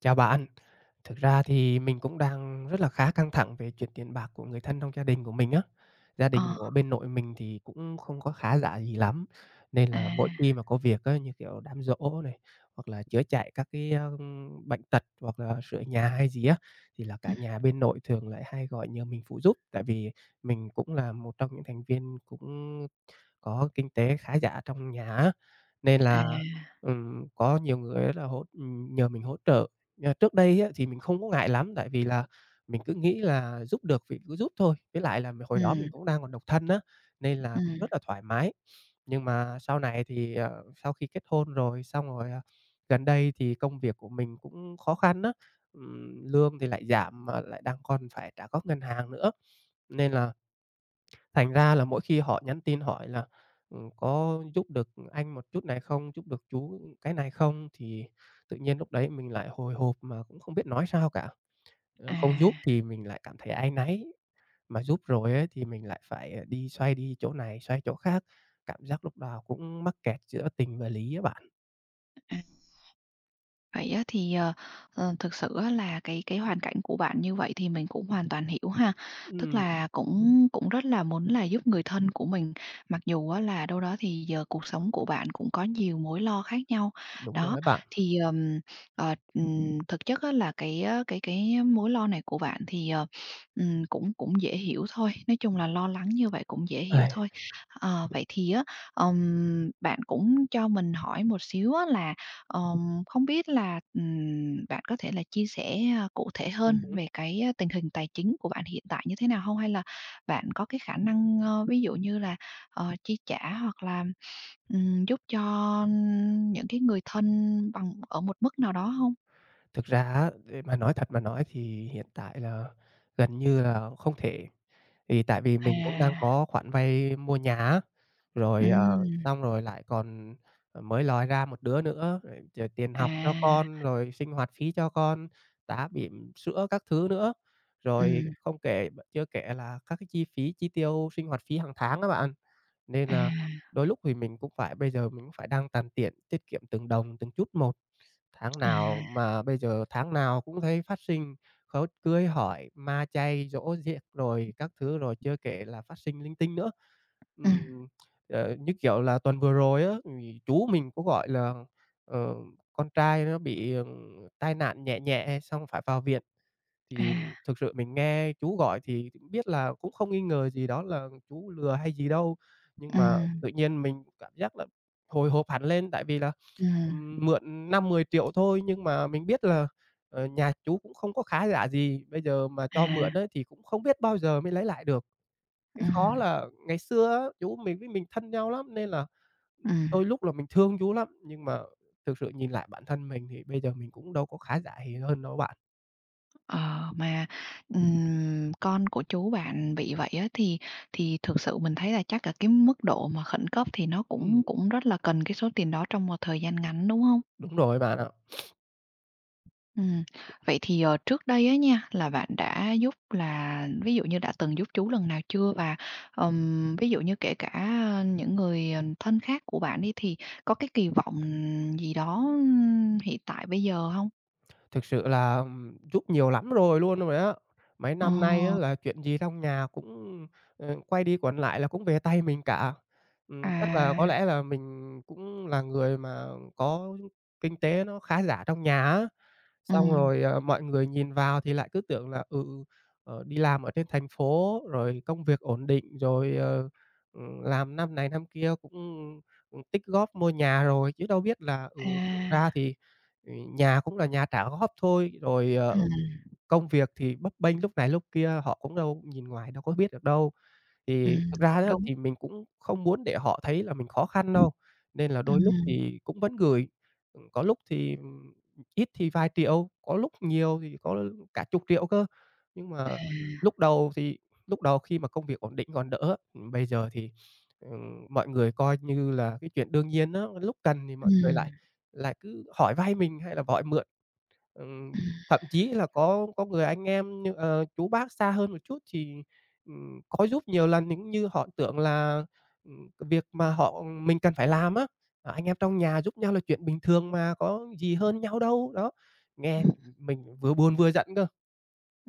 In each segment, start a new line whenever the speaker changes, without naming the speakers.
Chào bạn. Thực ra thì mình cũng đang rất là khá căng thẳng về chuyện tiền bạc của người thân trong gia đình của mình á. Gia
Ờ,
đình của bên nội mình thì cũng không có khá giả gì lắm, nên
à,
là mỗi khi mà có việc á, như kiểu đám giỗ này, hoặc là chữa chạy các cái, bệnh tật, hoặc là sửa nhà hay gì á, thì là cả
ừm,
nhà bên nội thường lại hay gọi nhờ mình phụ giúp. Tại vì mình cũng là một trong những thành viên cũng có kinh tế khá giả trong nhà á, nên
à,
là, có nhiều người là nhờ mình hỗ trợ. Trước đây á, thì mình không có ngại lắm, tại vì là mình cứ nghĩ là giúp được thì cứ giúp thôi, với lại là hồi đó mình
ừm,
cũng đang còn độc thân á, nên là
ừm,
rất là thoải mái. Nhưng mà sau này thì, sau khi kết hôn rồi, xong rồi, gần đây thì công việc của mình cũng khó khăn á, lương thì lại giảm mà lại đang còn phải trả góp ngân hàng nữa, nên là thành ra là mỗi khi họ nhắn tin hỏi là, "Có giúp được anh một chút này không? Giúp được chú cái này không?" Thì tự nhiên lúc đấy mình lại hồi hộp mà cũng không biết nói sao cả.
à,
Không giúp thì mình lại cảm thấy áy náy, mà giúp rồi ấy thì mình lại phải, đi xoay đi chỗ này, xoay chỗ khác, cảm giác lúc nào cũng mắc kẹt giữa tình và lý á bạn.
à. Vậy á thì, thực sự á là cái hoàn cảnh của bạn như vậy thì mình cũng hoàn toàn hiểu ha. Tức
Ừm,
là cũng cũng rất là muốn là giúp người thân của mình, mặc dù á là đâu đó thì giờ cuộc sống của bạn cũng có nhiều mối lo khác nhau.
đúng rồi
Đó,
á bạn.
thì, thực chất á là cái, á, cái mối lo này của bạn thì, cũng cũng dễ hiểu thôi, nói chung là lo lắng như vậy cũng dễ hiểu
Ai,
thôi. Ờ, vậy thì á, bạn cũng cho mình hỏi một xíu á là không biết là, bạn có thể là chia sẻ, cụ thể
ừm
hơn
hứm.
về cái, tình hình tài chính của bạn hiện tại như thế nào không? Hay là bạn có cái khả năng, ví dụ như là, chi trả hoặc là, giúp cho những cái người thân bằng ở một mức nào đó không?
Thực ra á, để mà nói thật mà nói thì hiện tại là gần như là không thể. Thì tại vì mình cũng đang
À,
có khoản vay mua nhà á, rồi,
ừm,
xong rồi lại còn, mới lòi ra một đứa nữa, rồi tiền học cho
à,
con, rồi sinh hoạt phí cho con, tá bỉm, sữa các thứ nữa. Rồi
ừm,
không kể b chưa kể là các cái chi phí, chi tiêu sinh hoạt phí hàng tháng á bạn. Nên
à,
là đôi lúc thì mình cũng phải bây giờ mình cũng phải đang tàn tiện tiết kiệm từng đồng, từng chút một. Tháng
à,
nào mà bây giờ tháng nào cũng thấy phát sinh khấu cưới hỏi, ma chay, giỗ giếc rồi các thứ, rồi chưa kể là phát sinh linh tinh nữa.
ừm,
Ừm, Như kiểu là tuần vừa rồi á, thì chú mình có gọi là, ờ, con trai nó bị, tai nạn nhẹ nhẹ xong phải vào viện. Thì
à,
thực sự mình nghe chú gọi thì cũng biết là cũng không nghi ngờ gì đó là chú lừa hay gì đâu, nhưng mà
ừm,
tự nhiên mình cảm giác là hồi hộp hẳn lên, tại vì là,
ừm,
mượn năm mười triệu thôi nhưng mà mình biết là, nhà chú cũng không có khá giả gì, bây giờ mà cho mượn
à,
ấy thì cũng không biết bao giờ mới lấy lại được. Cái khó
ừm,
là ngày xưa á, chú mình với mình thân nhau lắm nên là
ừm.
đôi lúc là mình thương chú lắm, nhưng mà thực sự nhìn lại bản thân mình thì bây giờ mình cũng đâu có khá giả gì hơn đâu bạn.
Ờ, mà, con của chú bạn bị vậy á, thì thực sự mình thấy là chắc là cái mức độ mà khẩn cấp thì nó
Ừm,
cũng cũng rất là cần cái số tiền đó trong một thời gian ngắn, đúng không?
đúng rồi bạn ạ.
Ừm, vậy thì, trước đây á nha, là bạn đã giúp là ví dụ như đã từng giúp chú lần nào chưa? Và, ví dụ như kể cả, những người, thân khác của bạn đi, thì có cái kỳ vọng gì đó, hiện tại bây giờ không?
Thực sự là, giúp nhiều lắm rồi luôn rồi á. Mấy
Ờ,
năm nay á là chuyện gì trong nhà cũng, quay đi quẩn lại là cũng về tay mình cả. Chắc là
à,
có lẽ là mình cũng là người mà có kinh tế nó khá giả trong nhà á. Xong
ừm,
rồi, mọi người nhìn vào thì lại cứ tưởng là, đi làm ở trên thành phố rồi công việc ổn định, rồi, làm năm này năm kia cũng, tích góp mua nhà rồi, chứ đâu biết là, thực ra
à,
thì, ừ, nhà cũng là nhà trả góp thôi, rồi,
ừm.
công việc thì bấp bênh lúc này lúc kia, họ cũng đâu nhìn ngoài đâu có biết được đâu. Thì thực
Cũng
ra đó
đúng.
thì mình cũng không muốn để họ thấy là mình khó khăn đâu, nên là đôi lúc
Ừm,
thì cũng vẫn gửi, có lúc thì, ít thì vài triệu, có lúc nhiều thì có cả chục triệu cơ. Nhưng mà
à,
lúc đầu thì lúc đầu khi mà công việc ổn định còn đỡ, bây giờ thì, mọi người coi như là cái chuyện đương nhiên đó lúc cần thì mọi người lại
ừm,
lại cứ hỏi vay mình hay là hỏi mượn. Ừm,
ừm.
Thậm chí là có người anh em như, chú bác xa hơn một chút thì, có giúp nhiều lần những như họ tưởng là, cái việc mà mình cần phải làm á, anh em trong nhà giúp nhau là chuyện bình thường mà, có gì hơn nhau đâu, đó. Nghe mình vừa buồn vừa giận cơ.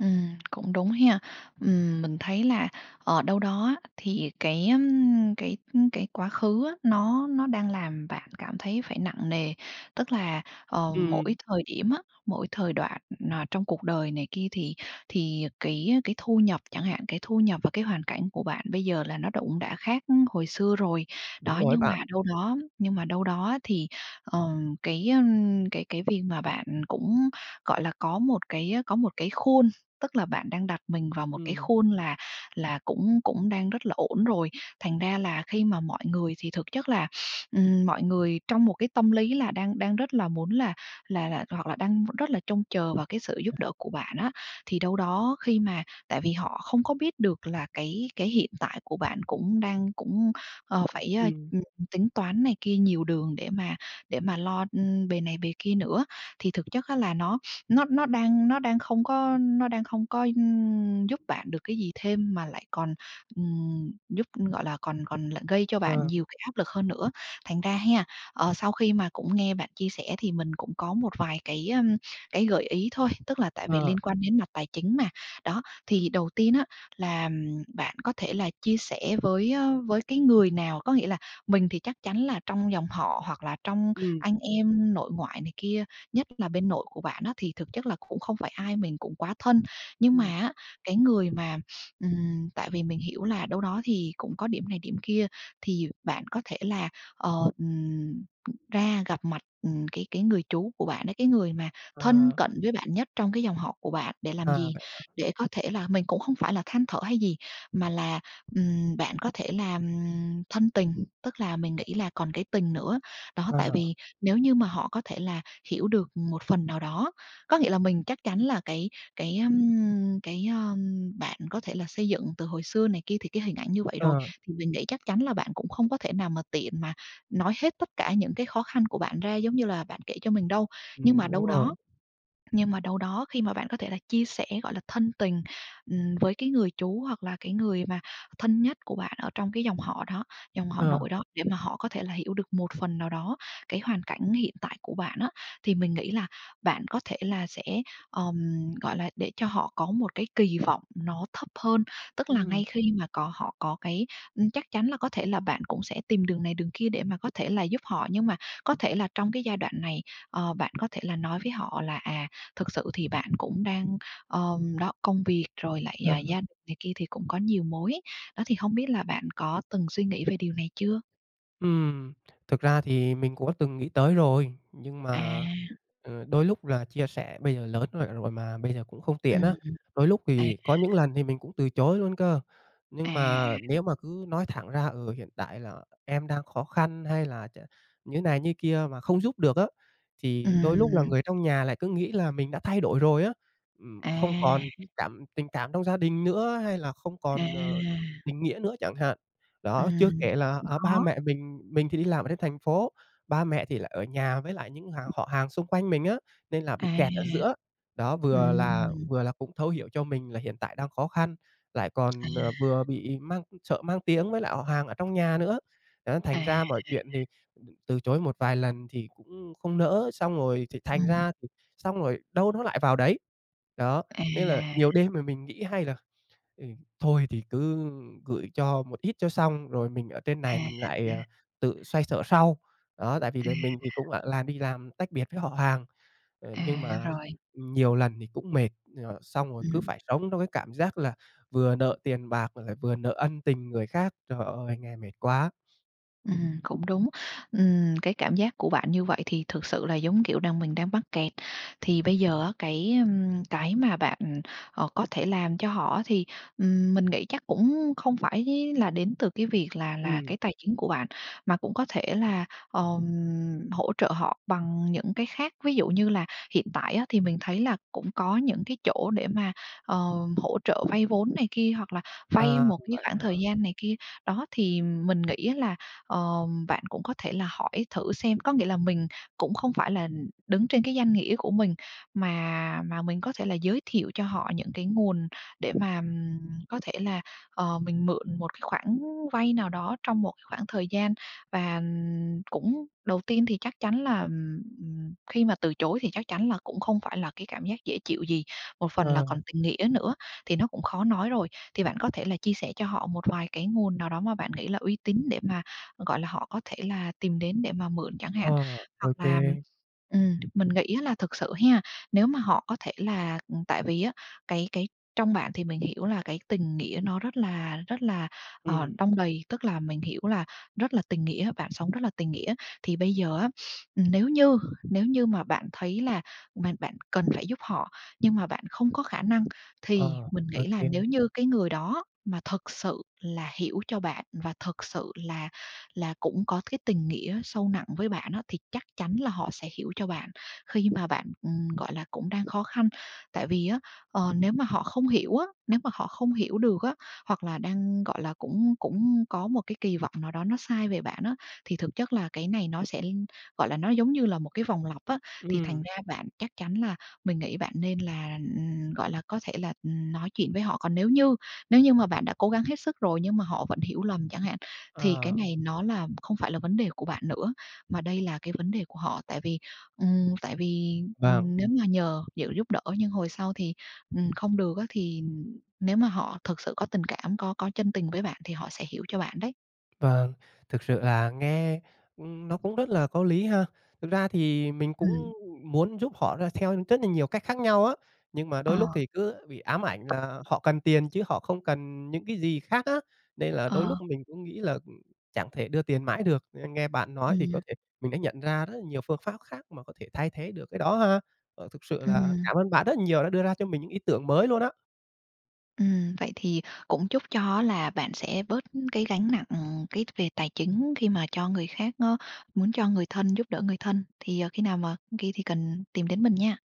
Cũng đúng ha. Mình thấy là ở đâu đó á, thì cái quá khứ á, nó đang làm bạn cảm thấy phải nặng nề. Tức là, mỗi
Ừm,
thời điểm á, mỗi thời đoạn, trong cuộc đời này kia thì cái thu nhập chẳng hạn, cái thu nhập và cái hoàn cảnh của bạn bây giờ là nó đã cũng đã khác hồi xưa rồi.
đúng
Đó,
rồi bạn.
nhưng mà đâu đó thì, cái việc mà bạn cũng, gọi là, có một cái khuôn. Tức là bạn đang đặt mình vào một cái
Ừm,
khuôn là cũng cũng đang rất là ổn rồi, thành ra là khi mà mọi người thì thực chất là, mọi người trong một cái tâm lý là đang đang rất là muốn là hoặc là đang rất là trông chờ vào cái sự giúp đỡ của bạn á. Thì đâu đó khi mà tại vì họ không có biết được là cái hiện tại của bạn cũng đang, phải,
ừm,
tính toán này kia nhiều đường để mà lo, bề này bề kia nữa, thì thực chất á là nó đang không có giúp bạn được cái gì thêm mà lại còn, gọi là, còn còn lại gây cho bạn
ờ,
nhiều cái áp lực hơn nữa. Thành ra ha, sau khi mà cũng nghe bạn chia sẻ thì mình cũng có một vài cái, cái gợi ý thôi, tức là tại vì
ờ,
liên quan đến mặt tài chính mà. Đó, thì đầu tiên á là, bạn có thể là chia sẻ với, với cái người nào, có nghĩa là mình thì chắc chắn là trong dòng họ hoặc là trong
ừm,
anh em nội ngoại này kia nhất là bên nội của bạn á, thì thực chất là cũng không phải ai mình cũng quá thân. Nhưng mà
ừm,
á, cái người mà tại vì mình hiểu là đâu đó thì cũng có điểm này điểm kia, thì bạn có thể là, ờ, ừm, ra gặp mặt, cái người chú của bạn đấy cái người mà thân
ờ,
cận với bạn nhất trong cái dòng họ của bạn để làm gì?
Vậy
Để có thể là mình cũng không phải là than thở hay gì, mà là, bạn có thể là, thân tình, tức là mình nghĩ là còn cái tình nữa. Đó, tại
ờ,
vì nếu như mà họ có thể là hiểu được một phần nào đó. Có nghĩa là mình chắc chắn là cái bạn có thể là xây dựng từ hồi xưa này kia thì cái hình ảnh như vậy rồi,
ờ,
thì mình nghĩ chắc chắn là bạn cũng không có thể nào mà tiện mà nói hết tất cả những cái khó khăn của bạn ra giống như là bạn kể cho mình đâu. Nhưng mà
đúng
đâu
rồi,
đó nhưng mà đâu đó khi mà bạn có thể là chia sẻ, gọi là, thân tình, với cái người chú hoặc là cái người mà thân nhất của bạn ở trong cái dòng họ đó, dòng họ
ờ,
nội đó, để mà họ có thể là hiểu được một phần nào đó cái hoàn cảnh hiện tại của bạn á, thì mình nghĩ là bạn có thể là sẽ, ờm, gọi là, để cho họ có một cái kỳ vọng nó thấp hơn. Tức là
ừm,
ngay khi mà có họ có cái chắc chắn là có thể là bạn cũng sẽ tìm đường này đường kia để mà có thể là giúp họ, nhưng mà có thể là trong cái giai đoạn này, bạn có thể là nói với họ là, à, thực sự thì bạn cũng đang, đó, công việc rồi lại, à,
ờ.
gia đình này kia thì cũng có nhiều mối. Đó, thì không biết là bạn có từng suy nghĩ về điều này chưa?
Ừm, Thực ra thì mình cũng có từng nghĩ tới rồi, nhưng
À,
mà đôi lúc là chia sẻ bây giờ lớn rồi rồi mà bây giờ cũng không tiện á.
ừm,
Đôi lúc
à,
thì có những lần thì mình cũng từ chối luôn cơ. Nhưng
à,
mà nếu mà cứ nói thẳng ra, hiện tại là em đang khó khăn hay là như này như kia mà không giúp được á, thì đôi lúc là
ừm,
người trong nhà lại cứ nghĩ là mình đã thay đổi rồi á,
à,
không còn cái tình cảm trong gia đình nữa hay là không còn,
à,
tình nghĩa nữa chẳng hạn. Đó, chưa
ừm,
kể là, ba
khó,
mẹ mình thì đi làm ở trên thành phố, ba mẹ thì lại ở nhà với lại những họ hàng xung quanh mình á, nên là bị
à,
kẹt ở giữa. Đó,
ừm,
vừa là cũng thấu hiểu cho mình là hiện tại đang khó khăn, lại
à,
còn, vừa bị mang tiếng với lại họ hàng ở trong nhà nữa. Đó, thành
à,
ra mọi chuyện thì ừ, từ chối một vài lần thì cũng không nỡ, xong rồi thì thành
ừm,
ra thì xong rồi đâu nó lại vào đấy. Đó, nên là
à,
nhiều đêm mà mình nghĩ hay là Ừ, thôi thì cứ gửi cho một ít cho xong, rồi mình ở trên
à,
này mình lại,
à,
tự xoay sở sau. Đó, tại vì
à,
là mình thì cũng, gọi là, đi làm tách biệt với họ hàng,
à,
nhưng mà
rồi,
nhiều lần thì cũng mệt, xong rồi cứ
ừm.
phải sống trong cái cảm giác là vừa nợ tiền bạc mà lại vừa nợ ân tình người khác. Trời ơi, nghe mệt quá!
Cũng đúng. Cái cảm giác của bạn như vậy thì thực sự là giống kiểu mình đang mắc kẹt. Thì bây giờ á, cái, cái mà bạn, có thể làm cho họ á thì, mình nghĩ chắc cũng không phải là đến từ cái việc là
ừ
cái tài chính của bạn, mà cũng có thể là, ờm, hỗ trợ họ bằng những cái khác. Ví dụ như là hiện tại á, thì mình thấy là cũng có những cái chỗ để mà, ờ, hỗ trợ vay vốn này kia, hoặc là vay một cái
Vậy
khoảng
hả?
thời gian này kia. Đó, thì mình nghĩ là bạn cũng có thể là hỏi thử xem. Có nghĩa là mình cũng không phải là đứng trên cái danh nghĩa của mình, mà mình có thể là giới thiệu cho họ những cái nguồn để mà, có thể là, mình mượn một cái khoản vay nào đó trong một cái khoảng thời gian. Và, cũng đầu tiên thì chắc chắn là, khi mà từ chối thì chắc chắn là cũng không phải là cái cảm giác dễ chịu gì, một phần là
Ờ,
còn tình nghĩa nữa thì nó cũng khó nói rồi. Thì bạn có thể là chia sẻ cho họ một vài cái nguồn nào đó mà bạn nghĩ là uy tín để mà gọi là, họ có thể là tìm đến để mà mượn chẳng
ờ,
hạn.
Ô
Hoặc
kê.
là mình nghĩ á là thực sự ha, nếu mà họ có thể là tại vì á, cái trong bạn thì mình hiểu là cái tình nghĩa nó rất là,
Ừm,
đong đầy, tức là mình hiểu là rất là tình nghĩa, bạn sống rất là tình nghĩa. Thì bây giờ á, nếu như nếu như mà bạn thấy là bạn bạn cần phải giúp họ, nhưng mà bạn không có khả năng, thì
ờ,
mình
Ô
nghĩ là
kê.
nếu như cái người đó mà thực sự là hiểu cho bạn và thực sự là cũng có cái tình nghĩa sâu nặng với bạn á, thì chắc chắn là họ sẽ hiểu cho bạn khi mà bạn, gọi là, cũng đang khó khăn. Tại vì á, nếu mà họ không hiểu được á, hoặc là đang, gọi là, cũng cũng có một cái kỳ vọng nào đó nó sai về bạn á, thì thực chất là cái này nó sẽ, gọi là, nó giống như là một cái vòng lặp á. Thì thành ra bạn chắc chắn là mình nghĩ bạn nên là, gọi là, có thể là, nói chuyện với họ. Còn nếu như mà bạn đã cố gắng hết sức rồi nhưng mà họ vẫn hiểu lầm chẳng hạn, thì cái
ờ,
này nó là không phải là vấn đề của bạn nữa, mà đây là cái vấn đề của họ. Tại vì,
vâng.
nếu mà nhờ sự giúp đỡ nhưng hồi sau thì, không được á, thì nếu mà họ thực sự có tình cảm, có chân tình với bạn thì họ sẽ hiểu cho bạn đấy.
Vâng, thực sự là nghe, nó cũng rất là có lý ha. Thực ra thì mình
Ừm.
cũng muốn giúp họ ra theo rất là nhiều cách khác nhau á, nhưng mà
Ờ,
đôi lúc thì cứ bị ám ảnh là họ cần tiền chứ họ không cần những cái gì khác á, nên là
ờ,
đôi lúc mình cũng nghĩ là, chẳng thể đưa tiền mãi được. Nên nghe bạn nói thì có
ừm,
thể mình đã nhận ra rất là nhiều phương pháp khác mà có thể thay thế được cái đó ha. Thực sự là
ừm,
cảm ơn bạn rất nhiều đã đưa ra cho mình những ý tưởng mới luôn á.
ừm. Vậy thì cũng chúc cho là bạn sẽ bớt cái gánh nặng, cái về tài chính khi mà cho người khác á, muốn cho người thân, giúp đỡ người thân thì, khi nào mà khi thì cần tìm đến mình nha.